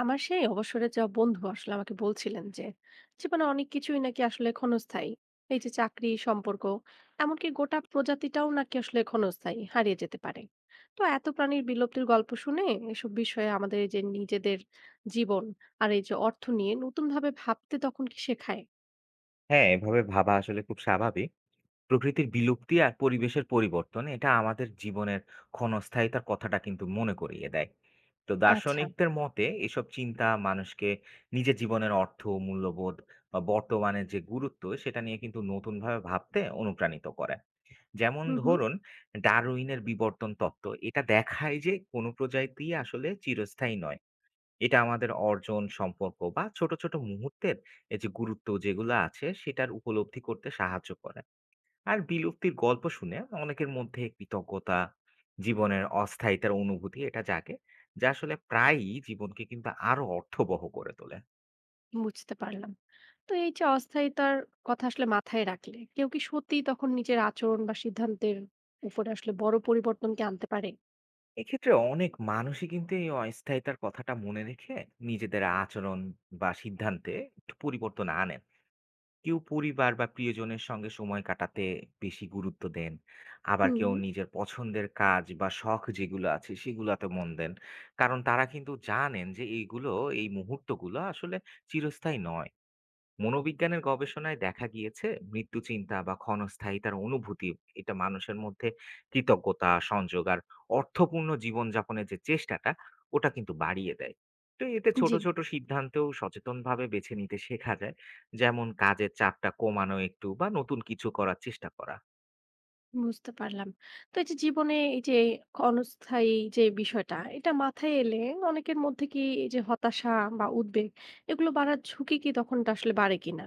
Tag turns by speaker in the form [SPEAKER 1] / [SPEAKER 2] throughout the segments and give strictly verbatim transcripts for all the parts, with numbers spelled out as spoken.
[SPEAKER 1] আমার সেই অবসরের যা বন্ধু আসলে আমাকে বলছিলেন যে জীবনে অনেক কিছুই নাকি আসলে ক্ষণস্থায়ী। এই যে চাকরি, সম্পর্ক, এমনকি গোটা প্রজাতিটাও নাকি আসলে ক্ষণস্থায়ী, হারিয়ে যেতে পারে। তো এত প্রাণীর বিলুপ্তির গল্প শুনে এসব বিষয়ে আমাদের এই যে নিজেদের জীবন আর এই যে অর্থ নিয়ে নতুন ভাবে ভাবতে তখন কি শেখায়?
[SPEAKER 2] হ্যাঁ, এভাবে ভাবা আসলে খুব স্বাভাবিক। প্রকৃতির বিলুপ্তি আর পরিবেশের পরিবর্তন এটা আমাদের জীবনের ক্ষণস্থায়িতার কথাটা কিন্তু মনে করিয়ে দেয়। তো
[SPEAKER 1] আচ্ছা।
[SPEAKER 2] দার্শনিকদের মতে এসব চিন্তা মানুষকে নিজের জীবনের অর্থ, মূল্যবোধ বা বর্তমানের যে গুরুত্ব সেটা নিয়ে কিন্তু নতুনভাবে ভাবতে অনুপ্রাণিত করে। যেমন
[SPEAKER 1] হুম হুম
[SPEAKER 2] ধরুন ডারউইনের বিবর্তন তত্ত্ব এটা দেখায় যে কোনো প্রজাতিই আসলে চিরস্থায়ী নয়। এটা আমাদের অর্জন, সম্পর্ক বা ছোট, ছোট মুহূর্তের এই যে গুরুত্ব যেগুলো আছে সেটার উপলব্ধি করতে সাহায্য করে। আর বিলুপ্তির গল্প শুনে অনেকের মধ্যে কৃতজ্ঞতা, জীবনের অস্থায়িতার অনুভূতি এটা জাগে, যা আসলে প্রায়ই জীবনকে কিন্তু আরো অর্থবহ করে তোলে।
[SPEAKER 1] বুঝতে পারলাম। তো এই যে অস্থায়িতার কথা আসলে মাথায় রাখলে কেউ কি সত্যি তখন নিজের আচরণ বা সিদ্ধান্তের উপরে আসলে বড় পরিবর্তন কি আনতে পারে?
[SPEAKER 2] এক্ষেত্রে অনেক মানুষই কিন্তু এই অস্থায়িতার কথাটা মনে রেখে নিজেদের আচরণ বা সিদ্ধান্তে একটু পরিবর্তন আনেন। কেউ পরিবার বা প্রিয়জনের সঙ্গে সময় কাটাতে বেশি গুরুত্ব দেন। আবার
[SPEAKER 1] হুম।
[SPEAKER 2] কেউ নিজের পছন্দের কাজ বা শখ যেগুলো আছে সেগুলাতে মন দেন। কারণ তারা কিন্তু জানেন যে এইগুলো এই মুহূর্তগুলো আসলে চিরস্থায়ী নয়। মনোবিজ্ঞানের গবেষণায় দেখা গিয়েছে মৃত্যু চিন্তা বা ক্ষণস্থায়ী তার অনুভূতি এটা মানুষের মধ্যে কৃতজ্ঞতা সংযোগ আর অর্থপূর্ণ জীবনযাপনের যে চেষ্টাটা ওটা কিন্তু বাড়িয়ে দেয়। তো এতে ছোট
[SPEAKER 1] জি,
[SPEAKER 2] ছোট সিদ্ধান্তেও সচেতনভাবে বেছে নিতে শেখা যায়, যেমন কাজের চাপটা কমানো একটু বা নতুন কিছু করার চেষ্টা করা।
[SPEAKER 1] বুঝতে পারলাম। তো এই যে জীবনে এই যে অনস্থায়ী যে বিষয়টা, এটা মাথায় এলে অনেকের মধ্যে কি এই যে হতাশা বা উদ্বেগ এগুলো বাড়ার ঝুঁকি কি তখনটা আসলে বাড়ে কিনা?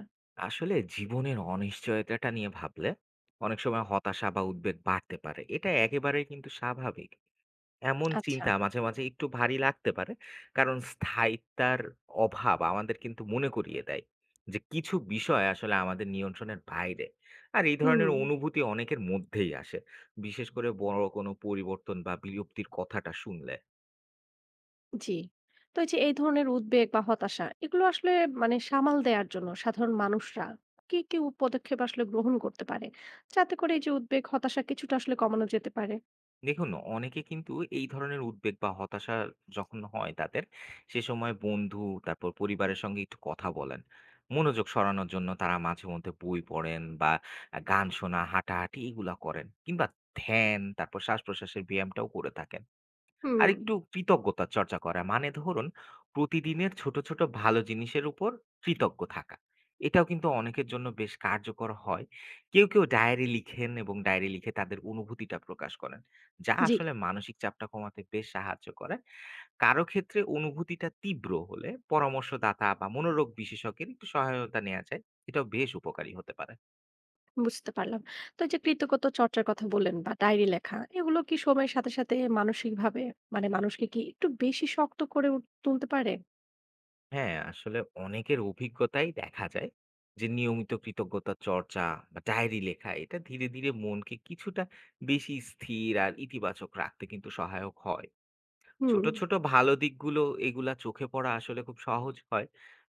[SPEAKER 2] আসলে জীবনের অনিশ্চয়তাটা নিয়ে ভাবলে অনেক সময় হতাশা বা উদ্বেগ বাড়তে পারে, এটা একেবারেই কিন্তু স্বাভাবিক। এমন
[SPEAKER 1] আচ্ছা,
[SPEAKER 2] চিন্তা মাঝে, মাঝে একটু ভারী লাগতে পারে। কারণ স্থায়িত্বের অভাব আমাদের কিন্তু মনে করিয়ে দেয় যে কিছু বিষয় আসলে আমাদের নিয়ন্ত্রণের বাইরে। আর এই ধরনের
[SPEAKER 1] হুম,
[SPEAKER 2] অনুভূতি অনেকের মধ্যেই আসে। বিশেষ করে বড় কোনো পরিবর্তন বা বিলুপ্তির কথাটা শুনলে।
[SPEAKER 1] জি। তো এই যে এই ধরনের উদ্বেগ বা হতাশা এগুলো আসলে মানে সামাল দেওয়ার জন্য সাধারণ মানুষরা কি, কি উ পদক্ষেপ আসলে গ্রহণ করতে পারে? যাতে করে এই যে উদ্বেগ, হতাশা কিছুটা আসলে কমানো যেতে পারে?
[SPEAKER 2] দেখুন, অনেকে কিন্তু এই ধরনের উদ্বেগ বা হতাশা যখন হয় তাদের, সে সময় বন্ধু, তারপর পরিবারের সঙ্গে একটু কথা বলেন। মনোযোগ সরানোর জন্য তারা মাঝে মধ্যে বই পড়েন বা আ গান শোনা, হাঁটাহাঁটি এগুলা করেন। কিংবা ধ্যান, তারপর শ্বাসপ্রশ্বাসের ব্যায়ামটাও করে থাকেন।
[SPEAKER 1] হুম,
[SPEAKER 2] আরেকটু কৃতজ্ঞতা চর্চা করা মানে ধরুন প্রতিদিনের ছোট ছোট ভালো জিনিসের উপর কৃতজ্ঞ থাকা এটাও কিন্তু অনেকের জন্য বেশ কার্যকর হয়। কেউ কেউ ডায়েরি লিখেন এবং ডায়েরি লিখে তাদের অনুভূতিটা প্রকাশ করেন, যা
[SPEAKER 1] জি।
[SPEAKER 2] আসলে মানসিক চাপটা কমাতে বেশ সাহায্য করে। কারো ক্ষেত্রে অনুভূতিটা তীব্র হলে পরামর্শদাতা বা মনোরোগ বিশেষজ্ঞের একটু সহায়তা নেওয়া যায়, এটাও বেশ উপকারী হতে পারে।
[SPEAKER 1] বুঝতে পারলাম। তো এই যে কৃতজ্ঞতা চর্চার কথা বললেন বা ডায়েরি লেখা, এগুলো কি সময়ের সাথে, সাথে মানসিকভাবে মানে মানুষকে কি একটু বেশি শক্ত করে উঠ তুলতে পারে?
[SPEAKER 2] হ্যাঁ, আসলে অনেকের অভিজ্ঞতায় দেখা যায় যে নিয়মিত কৃতজ্ঞতা চর্চা বা ডায়েরি লেখা এটা ধীরে ধীরে মনকে কিছুটা বেশি স্থির আর ইতিবাচক রাখতে কিন্তু সহায়ক হয়।
[SPEAKER 1] হুম।
[SPEAKER 2] ছোট, ছোট ভালো দিকগুলো এগুলা চোখে পড়া আসলে খুব সহজ হয়।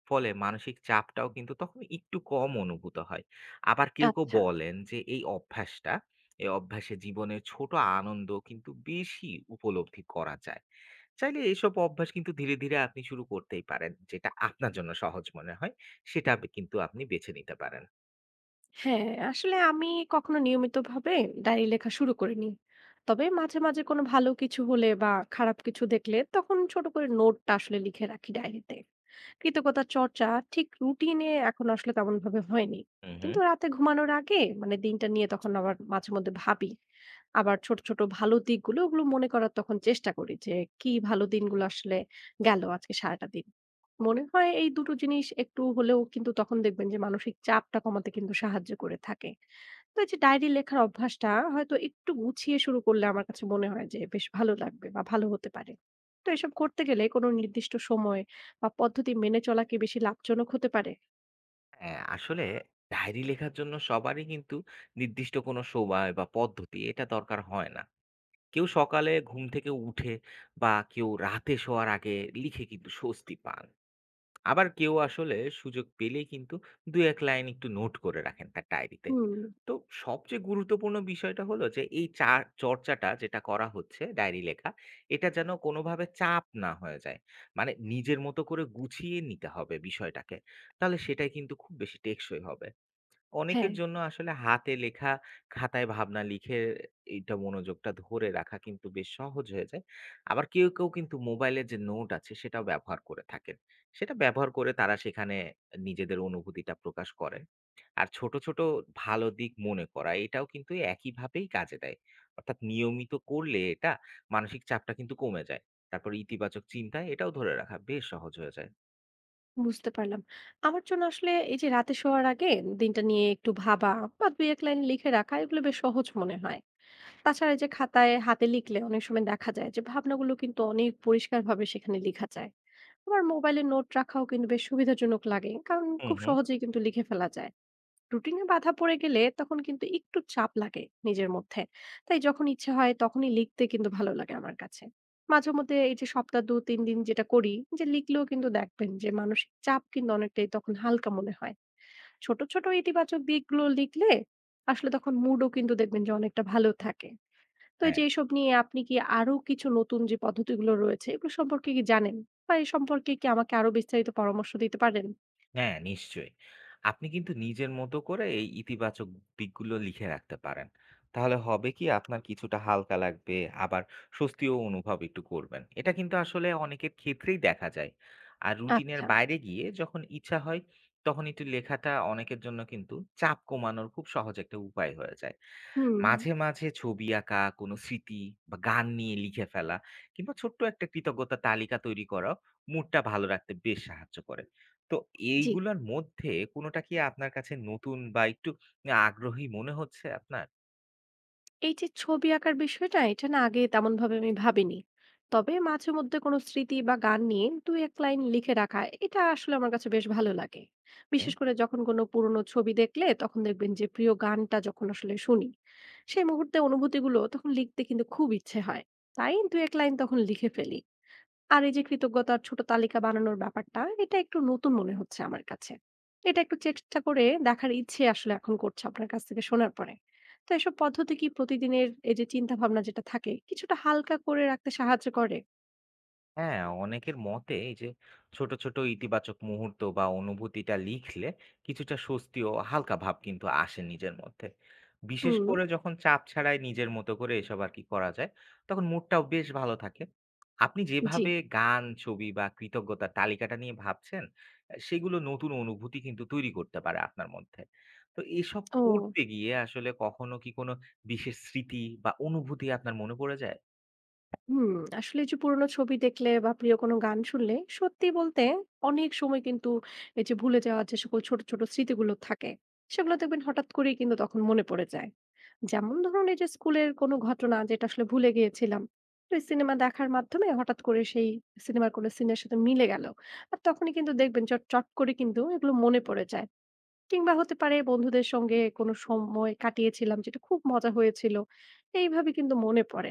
[SPEAKER 2] ফলে মানসিক চাপটাও কিন্তু তখন একটু কম অনুভূত হয়। আবার কেউ, কেউ
[SPEAKER 1] আচ্ছা।
[SPEAKER 2] বলেন যে এই অভ্যাসটা, এই অভ্যাসে জীবনের ছোট আনন্দ কিন্তু বেশি উপলব্ধি করা যায়। চাইলে এসব অভ্যাস কিন্তু ধীরে, ধীরে আপনি শুরু করতেই পারেন। যেটা আপনার জন্য সহজ মনে হয় সেটা আপ কিন্তু আপনি বেছে নিতে পারেন।
[SPEAKER 1] হ্যাঁ, আসলে আমি কখনো নিয়মিতভাবে ডায়েরি লেখা শুরু করিনি। তবে মাঝে, মাঝে কোনো ভালো কিছু হলে বা খারাপ কিছু দেখলে তখন ছোট করে নোটটা আসলে লিখে রাখি ডায়েরিতে। কৃতজ্ঞতা চর্চা ঠিক রুটিনে এখন আসলে তেমন ভাবে হয়নি।
[SPEAKER 2] হুম, হুম।
[SPEAKER 1] কিন্তু রাতে ঘুমানোর আগে মানে দিনটা নিয়ে তখন আবার মাঝে মধ্যে ভাবি। আবার ছোট ছোট ভালো দিকগুলো ওগুলো মনে করার তখন চেষ্টা করি যে কি ভালো দিনগুলো আসলে গেল আজকে সারাটা দিন। মনে হয় এই দুটো জিনিস একটু হলেও কিন্তু তখন দেখবেন যে মানসিক চাপটা কমাতে কিন্তু সাহায্য করে থাকে। তো এই যে ডায়েরি লেখার অভ্যাসটা হয়তো একটু গুছিয়ে শুরু করলে আমার কাছে মনে হয় যে বেশ ভালো লাগবে বা ভালো হতে পারে। তো এসব করতে গেলে কোনো নির্দিষ্ট সময় বা পদ্ধতি মেনে চলা কি বেশি লাভজনক হতে পারে?
[SPEAKER 2] হ্যাঁ, আসলে ডায়েরি লেখার জন্য সবারই কিন্তু নির্দিষ্ট কোনো সময় বা পদ্ধতি এটা দরকার হয় না। কেউ সকালে ঘুম থেকে উঠে বা কেউ রাতে শোয়ার আগে লিখে কিন্তু স্বস্তি পান। আবার কেউ আসলে সুযোগ পেলেই কিন্তু দু এক লাইন একটু নোট করে রাখেন তার ডায়েরিতে।
[SPEAKER 1] হুম,
[SPEAKER 2] তো সবচেয়ে গুরুত্বপূর্ণ বিষয়টা হলো যে এই চার চর্চাটা যেটা করা হচ্ছে ডায়েরি লেখা, এটা যেন কোনোভাবে চাপ না হয়ে যায়। মানে নিজের মতো করে গুছিয়ে নিতে হবে বিষয়টাকে, তাহলে সেটাই কিন্তু খুব বেশি টেকসই হবে। অনেকের
[SPEAKER 1] হ্যাঁ,
[SPEAKER 2] জন্য আসলে হাতে লেখা খাতায় ভাবনা লিখে এইটা মনোযোগটা ধরে রাখা কিন্তু বেশ সহজ হয়ে যায়। আবার কেউ, কেউ কিন্তু মোবাইলের যে নোট আছে সেটাও ব্যবহার করে থাকেন। সেটা ব্যবহার করে তারা সেখানে নিজেদের অনুভূতিটা প্রকাশ করেন। আর ছোট, ছোট ভালো দিক মনে করা এটাও কিন্তু একইভাবেই কাজে দেয়। অর্থাৎ নিয়মিত করলে এটা মানসিক চাপটা কিন্তু কমে যায়। তারপর ইতিবাচক চিন্তা এটাও ধরে রাখা বেশ সহজ হয়ে যায়।
[SPEAKER 1] বুঝতে পারলাম। আমার জন্য আসলে এই যে রাতে শোয়ার আগে দিনটা নিয়ে একটু ভাবা বা দুই এক লাইন লিখে রাখা এগুলো বেশ সহজ মনে হয়। তাছাড়া এই যে খাতায় হাতে লিখলে অনেক সময় দেখা যায় যে ভাবনাগুলো কিন্তু অনেক পরিষ্কারভাবে সেখানে লিখা যায়। আবার মোবাইলে নোট রাখাও কিন্তু বেশ সুবিধাজনক লাগে। কারণ
[SPEAKER 2] হুম,
[SPEAKER 1] খুব
[SPEAKER 2] হুম।
[SPEAKER 1] সহজেই কিন্তু লিখে ফেলা যায়। রুটিনে বাধা পড়ে গেলে তখন কিন্তু একটু চাপ লাগে নিজের মধ্যে। তাই যখন ইচ্ছে হয় তখনই লিখতে কিন্তু ভালো লাগে আমার কাছে। মাঝে মধ্যে এই যে সপ্তাহ দুই তিন দিন যেটা করি, যে লিখলেও কিন্তু দেখবেন যে মানসিক চাপ কিন্তু অনেকটাই তখন হালকা মনে হয়। ছোট, ছোট ইতিবাচক দিকগুলো লিখলে আসলে তখন মুডও কিন্তু দেখবেন যে অনেকটা ভালো থাকে। তো এই
[SPEAKER 2] হ্যাঁ।
[SPEAKER 1] যে এসব নিয়ে আপনি কি আরো কিছু নতুন যে পদ্ধতিগুলো রয়েছে এগুলো সম্পর্কে কি জানেন? বা এ সম্পর্কে কি আমাকে আরো বিস্তারিত পরামর্শ দিতে পারেন?
[SPEAKER 2] হ্যাঁ, নিশ্চয়ই। আপনি কিন্তু নিজের মতো করে এই ইতিবাচক দিকগুলো লিখে রাখতে পারেন। তাহলে হবে কি আপনার কিছুটা হালকা লাগবে, আবার স্বস্তিও অনুভব একটু করবেন। এটা কিন্তু আসলে অনেকের ক্ষেত্রেই দেখা যায়। আর রুটিনের
[SPEAKER 1] আচ্ছা।
[SPEAKER 2] বাইরে গিয়ে যখন ইচ্ছা হয়, তখন একটু লেখাটা অনেকের জন্য কিন্তু চাপ কমানোর খুব সহজ একটা উপায় হয়ে যায়।
[SPEAKER 1] হুম,
[SPEAKER 2] মাঝে, মাঝে ছবি আঁকা, কোনো স্মৃতি বা গান নিয়ে লিখে ফেলা কিংবা ছোট্ট একটা কৃতজ্ঞতার তালিকা তৈরি করাও মুডটা ভালো রাখতে বেশ সাহায্য করে। তো
[SPEAKER 1] জি।
[SPEAKER 2] এইগুলোর মধ্যে কোনোটা কি আপনার কাছে নতুন বা একটু আগ্রহী মনে হচ্ছে আপনার?
[SPEAKER 1] এই যে ছবি আঁকার বিষয়টা এটা না আগে তেমন ভাবে আমি ভাবিনি। তবে মাঝে মধ্যে কোনো স্মৃতি বা গান নিয়ে দুই এক লাইন লিখে রাখা এটা আসলে আমার কাছে বেশ ভালো লাগে। বিশেষ করে যখন কোনো পুরনো ছবি দেখলে তখন দেখবেন যে প্রিয় গানটা যখন আসলে শুনি সেই মুহূর্তে অনুভূতিগুলো তখন লিখতে কিন্তু খুব ইচ্ছে হয়। তাই দুই এক লাইন তখন লিখে ফেলি। আর এই যে কৃতজ্ঞতার ছোট তালিকা বানানোর ব্যাপারটা, এটা একটু নতুন মনে হচ্ছে আমার কাছে। এটা একটু চেষ্টা করে দেখার ইচ্ছে আসলে এখন করছে আপনার কাছ থেকে শোনার পরে। তো এসব পদ্ধতি কি প্রতিদিনের এই যে চিন্তাভাবনা যেটা থাকে, কিছুটা হালকা করে রাখতে সাহায্য করে?
[SPEAKER 2] হ্যাঁ, অনেকের মতে এই যে ছোট, ছোট ইতিবাচক মুহূর্ত বা অনুভূতিটা লিখলে কিছুটা স্বস্তি ও হালকা ভাব কিন্তু আসে নিজের মধ্যে। বিশেষ
[SPEAKER 1] হুম।
[SPEAKER 2] করে যখন চাপ ছাড়াই নিজের মতো করে এসব আর কি করা যায়, তখন মুডটাও বেশ ভালো থাকে। আপনি
[SPEAKER 1] জি।
[SPEAKER 2] যেভাবে গান, ছবি বা কৃতজ্ঞতার তালিকাটা নিয়ে ভাবছেন, আ সেগুলো নতুন অনুভূতি কিন্তু তৈরি করতে পারে আপনার মধ্যে। তো এসব
[SPEAKER 1] ও
[SPEAKER 2] করতে গিয়ে আসলে কখনো কি কোনো বিশেষ স্মৃতি বা অনুভূতি আপনার মনে পড়ে যায়?
[SPEAKER 1] হুম, আসলে এই যে পুরোনো ছবি দেখলে বা প্রিয় কোনো গান শুনলে সত্যি বলতে অনেক সময় কিন্তু এই যে ভুলে যাওয়ার যে সকল ছোট, ছোট স্মৃতিগুলো থাকে, সেগুলো দেখবেন হঠাৎ করেই কিন্তু তখন মনে পড়ে যায়। যেমন ধরুন এই যে স্কুলের কোনো ঘটনা যেটা আসলে ভুলে গিয়েছিলাম। তো এই সিনেমা দেখার মাধ্যমে হঠাৎ করে সেই সিনেমার কোনো সিনের সাথে মিলে গেল। আর তখনই কিন্তু দেখবেন চট চট করে কিন্তু এগুলো মনে পড়ে যায়। কিংবা হতে পারে বন্ধুদের সঙ্গে কোনো সময় কাটিয়েছিলাম যেটা খুব মজা হয়েছিল। এইভাবে কিন্তু মনে পড়ে।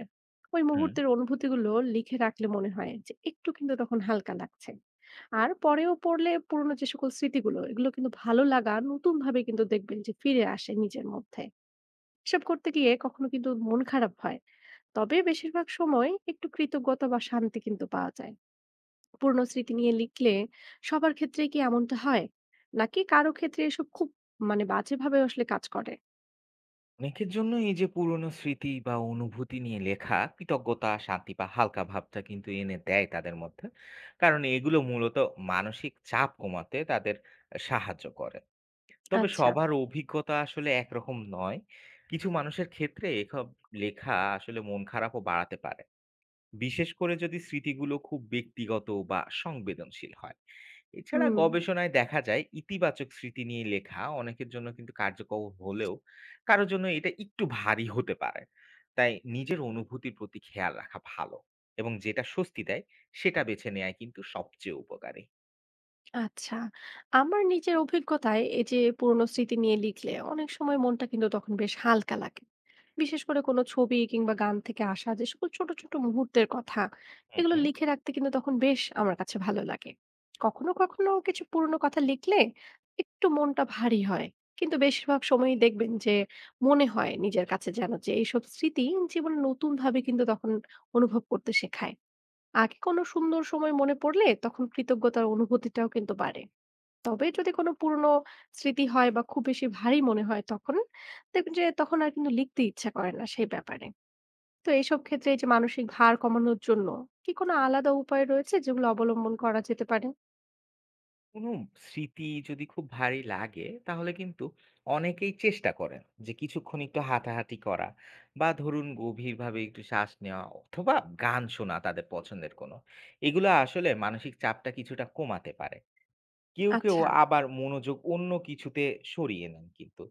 [SPEAKER 1] ওই
[SPEAKER 2] হু।
[SPEAKER 1] মুহূর্তের অনুভূতিগুলো লিখে রাখলে মনে হয় যে একটু কিন্তু তখন হালকা লাগছে। আর পরেও পড়লে পুরোনো যে সকল স্মৃতিগুলো এগুলো কিন্তু ভালো লাগা নতুন ভাবে কিন্তু দেখবেন যে ফিরে আসে নিজের মধ্যে। এসব করতে গিয়ে কখনো কিন্তু মন খারাপ হয়। তবে বেশিরভাগ সময় একটু কৃতজ্ঞতা বা শান্তি কিন্তু পাওয়া যায়। পুরনো স্মৃতি নিয়ে লিখলে সবার ক্ষেত্রে কি এমনটা হয় নাকি কারো ক্ষেত্রে এসব খুব মানে বাজেভাবে আসলে কাজ করে?
[SPEAKER 2] অনেকের জন্য এই যে পুরনো স্মৃতি বা অনুভূতি নিয়ে লেখা কৃতজ্ঞতা শান্তি বা হালকা ভাবটা কিন্তু এনে দেয় তাদের মধ্যে। কারণ এগুলো মূলত মানসিক চাপ কমাতে তাদের সাহায্য করে। তবে
[SPEAKER 1] আচ্ছা,
[SPEAKER 2] সবার অভিজ্ঞতা আসলে একরকম নয়। কিছু মানুষের ক্ষেত্রে এসব লেখা আসলে মন খারাপও বাড়াতে পারে, বিশেষ করে যদি স্মৃতিগুলো খুব ব্যক্তিগত বা সংবেদনশীল হয়। এছাড়া
[SPEAKER 1] হুম,
[SPEAKER 2] গবেষণায় দেখা যায় ইতিবাচক স্মৃতি নিয়ে লেখা অনেকের জন্য কিন্তু কার্যকর হলেও কারোর জন্য এটা একটু ভারী হতে পারে। তাই নিজের অনুভূতির প্রতি খেয়াল রাখা ভালো, এবং যেটা স্বস্তি দেয় সেটা বেছে নেওয়াই কিন্তু সবচেয়ে উপকারী।
[SPEAKER 1] আচ্ছা। আমার নিজের অভিজ্ঞতায় এই যে পুরনো স্মৃতি নিয়ে লিখলে অনেক সময় মনটা কিন্তু তখন বেশ হালকা লাগে। বিশেষ করে কোনো ছবি কিংবা গান থেকে আসা যে সকল ছোট, ছোট মুহূর্তের কথা,
[SPEAKER 2] হুম
[SPEAKER 1] এগুলো
[SPEAKER 2] হুম।
[SPEAKER 1] লিখে রাখতে কিন্তু তখন বেশ আমার কাছে ভালো লাগে। কখনো, কখনো কিছু পুরনো কথা লিখলে একটু মনটা ভারী হয়। কিন্তু বেশিরভাগ সময়ই দেখবেন যে মনে হয় নিজের কাছে যেন যে এইসব স্মৃতি জীবনে নতুনভাবে কিন্তু তখন অনুভব করতে শেখায়। আগে কোনো সুন্দর সময় মনে পড়লে তখন কৃতজ্ঞতার অনুভূতিটাও কিন্তু বাড়ে। তবে যদি কোনো পুরনো স্মৃতি হয় বা খুব বেশি ভারী মনে হয় তখন দেখবেন যে তখন আর কিন্তু লিখতে ইচ্ছা করে না সেই ব্যাপারে। তো এইসব ক্ষেত্রে এই যে মানসিক ভার কমানোর জন্য কি কোনো আলাদা উপায় রয়েছে যেগুলো অবলম্বন করা যেতে পারে?
[SPEAKER 2] কোনো স্মৃতি যদি খুব ভারী লাগে তাহলে কিন্তু অনেকেই চেষ্টা করেন যে কিছুক্ষণ একটু হাঁটাহাঁটি করা বা ধরুন গভীরভাবে একটু শ্বাস নেওয়া অথবা গান শোনা তাদের পছন্দের কোনো, এগুলো আসলে মানসিক চাপটা কিছুটা কমাতে পারে। কেউ, কেউ
[SPEAKER 1] আচ্ছা,
[SPEAKER 2] আবার মনোযোগ অন্য কিছুতে সরিয়ে নেন কিন্তু।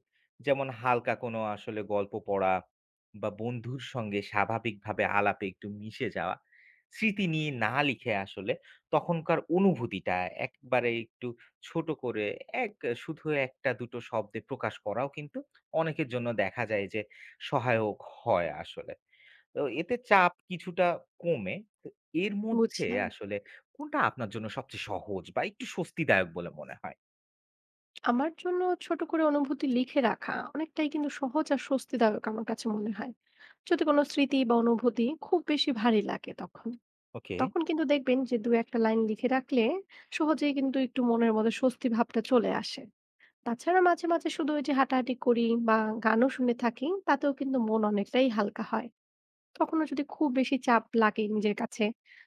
[SPEAKER 2] যেমন হালকা কোনো আসলে গল্প পড়া বা বন্ধুর সঙ্গে স্বাভাবিকভাবে আলাপে একটু মিশে যাওয়া। স্মৃতি নিয়ে না লিখে আসলে তখনকার অনুভূতিটা একবারে একটু ছোট করে এক শুধু এক টা দুই টো শব্দে প্রকাশ করাও কিন্তু অনেকের জন্য দেখা যায় যে সহায়ক হয় আসলে। তো এতে চাপ কিছুটা কমে। তো এর মধ্যে
[SPEAKER 1] বুঝলাম।
[SPEAKER 2] আসলে কোনটা আপনার জন্য সবচেয়ে সহজ বা একটু স্বস্তিদায়ক বলে মনে হয়?
[SPEAKER 1] আমার জন্য ছোট করে অনুভূতি লিখে রাখা অনেকটাই কিন্তু সহজ আর স্বস্তিদায়ক আমার কাছে মনে হয়। যদি কোনো স্মৃতি বা অনুভূতি খুব বেশি ভারী লাগে তখন,
[SPEAKER 2] ওকে,
[SPEAKER 1] তখন কিন্তু দেখবেন যে দু একটা লাইন লিখে রাখলে সহজেই কিন্তু একটু মনের মধ্যে স্বস্তি ভাবটা চলে আসে। তাছাড়া মাঝে, মাঝে শুধু ওই যে হাঁটাহাঁটি করি বা গানও শুনে থাকি, তাতেও কিন্তু মন অনেকটাই হালকা হয়। কখনো যদি খুব বেশি চাপ লাগে নিজের কাছে,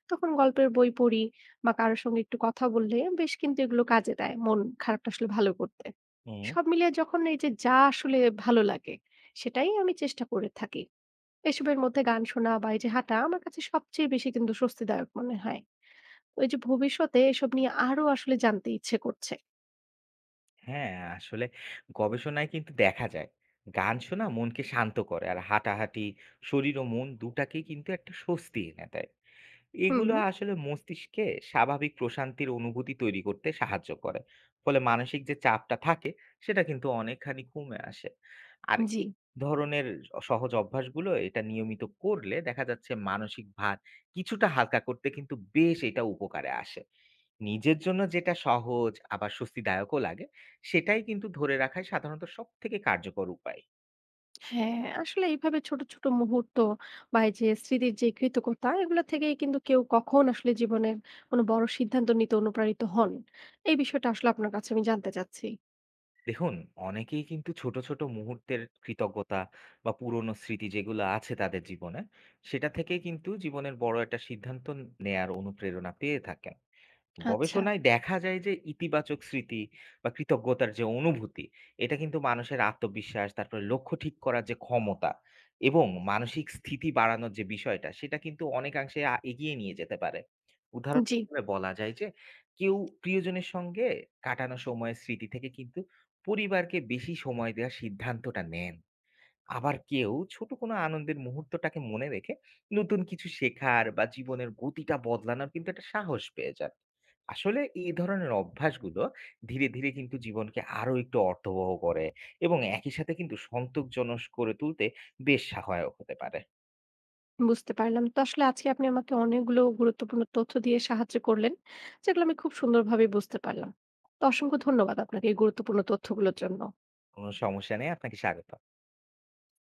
[SPEAKER 1] তখন গল্পের বই পড়ি বা কারো সঙ্গে একটু কথা বললে বেশ কিন্তু এগুলো কাজে দেয় মন খারাপটা আসলে ভালো করতে।
[SPEAKER 2] হুম।
[SPEAKER 1] সব মিলিয়ে যখন এই যে যা আসলে ভালো লাগে, সেটাই আমি চেষ্টা করে থাকি। এসবের মধ্যে গান শোনা বা এই যে হাঁটা আমার কাছে সবচেয়ে বেশি কিন্তু স্বস্তিদায়ক মনে হয়। ওই যে ভবিষ্যতে এসব নিয়ে আরো আসলে জানতে ইচ্ছে করছে।
[SPEAKER 2] হ্যাঁ, আসলে গবেষণায় কিন্তু দেখা যায়, গান শোনা মনকে শান্ত করে। আর হাঁটাহাঁটি শরীর ও মন দুটাকেই কিন্তু একটা স্বস্তি এনে দেয়।
[SPEAKER 1] হুম,
[SPEAKER 2] এগুলো আসলে মস্তিষ্কে স্বাভাবিক প্রশান্তির অনুভূতি তৈরি করতে সাহায্য করে। ফলে মানসিক যে চাপটা থাকে সেটা কিন্তু অনেকখানি কমে আসে। আর
[SPEAKER 1] জি।
[SPEAKER 2] এই ধরনের সহজ অভ্যাসগুলো এটা নিয়মিত করলে দেখা যাচ্ছে মানসিক ভার কিছুটা হালকা করতে কিন্তু বেশ এটা উপকারে আসে। নিজের জন্য যেটা সহজ আবার স্বস্তিদায়কও লাগে সেটাই কিন্তু ধরে রাখাই সাধারণত সব থেকে কার্যকর উপায়।
[SPEAKER 1] হ্যাঁ, আসলে এইভাবে ছোট, ছোট মুহূর্ত বা এই যে স্মৃতির যে কৃতজ্ঞতা এগুলা থেকেই কিন্তু কেউ কখন আসলে জীবনের কোনো বড় সিদ্ধান্ত নিতে অনুপ্রাণিত হন। এই বিষয়টা আসলে আপনার কাছে আমি জানতে চাচ্ছি।
[SPEAKER 2] দেখুন, অনেকেই কিন্তু ছোট, ছোট মুহূর্তের কৃতজ্ঞতা বা পুরনো স্মৃতি যেগুলো আছে তাদের জীবনে, সেটা থেকেই কিন্তু জীবনের বড় একটা সিদ্ধান্ত নেয়ার অনুপ্রেরণা পেয়ে থাকেন।
[SPEAKER 1] আচ্ছা,
[SPEAKER 2] গবেষণায় দেখা যায় যে ইতিবাচক স্মৃতি বা কৃতজ্ঞতার যে অনুভূতি এটা কিন্তু মানুষের আত্মবিশ্বাস তারপরে লক্ষ্য ঠিক করার যে ক্ষমতা এবং মানসিক স্থিতি বাড়ানোর যে বিষয়টা সেটা কিন্তু অনেকাংশে আ- এগিয়ে নিয়ে যেতে পারে। উদাহরণ
[SPEAKER 1] জি,
[SPEAKER 2] হিসেবে বলা যায় যে কেউ প্রিয়জনের সঙ্গে কাটানো সময়ের স্মৃতি থেকে কিন্তু পরিবারকে বেশি সময় দেওয়ার সিদ্ধান্তটা নেন। আবার কেউ ছোট কোনো আনন্দের মুহূর্তটাকে মনে রেখে নতুন কিছু শেখার বা জীবনের গতিটা বদলানোর কিন্তু একটা সাহস পেয়ে যান। আসলে এই ধরনের অভ্যাসগুলো ধীরে ধীরে কিন্তু জীবনকে আরো একটু অর্থবহ করে এবং একই সাথে কিন্তু সন্তোষজনক করে তুলতে বেশ সহায়ক হতে পারে।
[SPEAKER 1] বুঝতে পারলাম। তো আসলে আজকে আপনি আমাকে অনেকগুলো গুরুত্বপূর্ণ তথ্য দিয়ে সাহায্য করলেন, যেগুলো আমি খুব সুন্দরভাবে বুঝতে পারলাম। তো অসংখ্য ধন্যবাদ আপনাকে এই গুরুত্বপূর্ণ তথ্যগুলোর জন্য।
[SPEAKER 2] কোনো সমস্যা নেই, আপনাকে স্বাগত।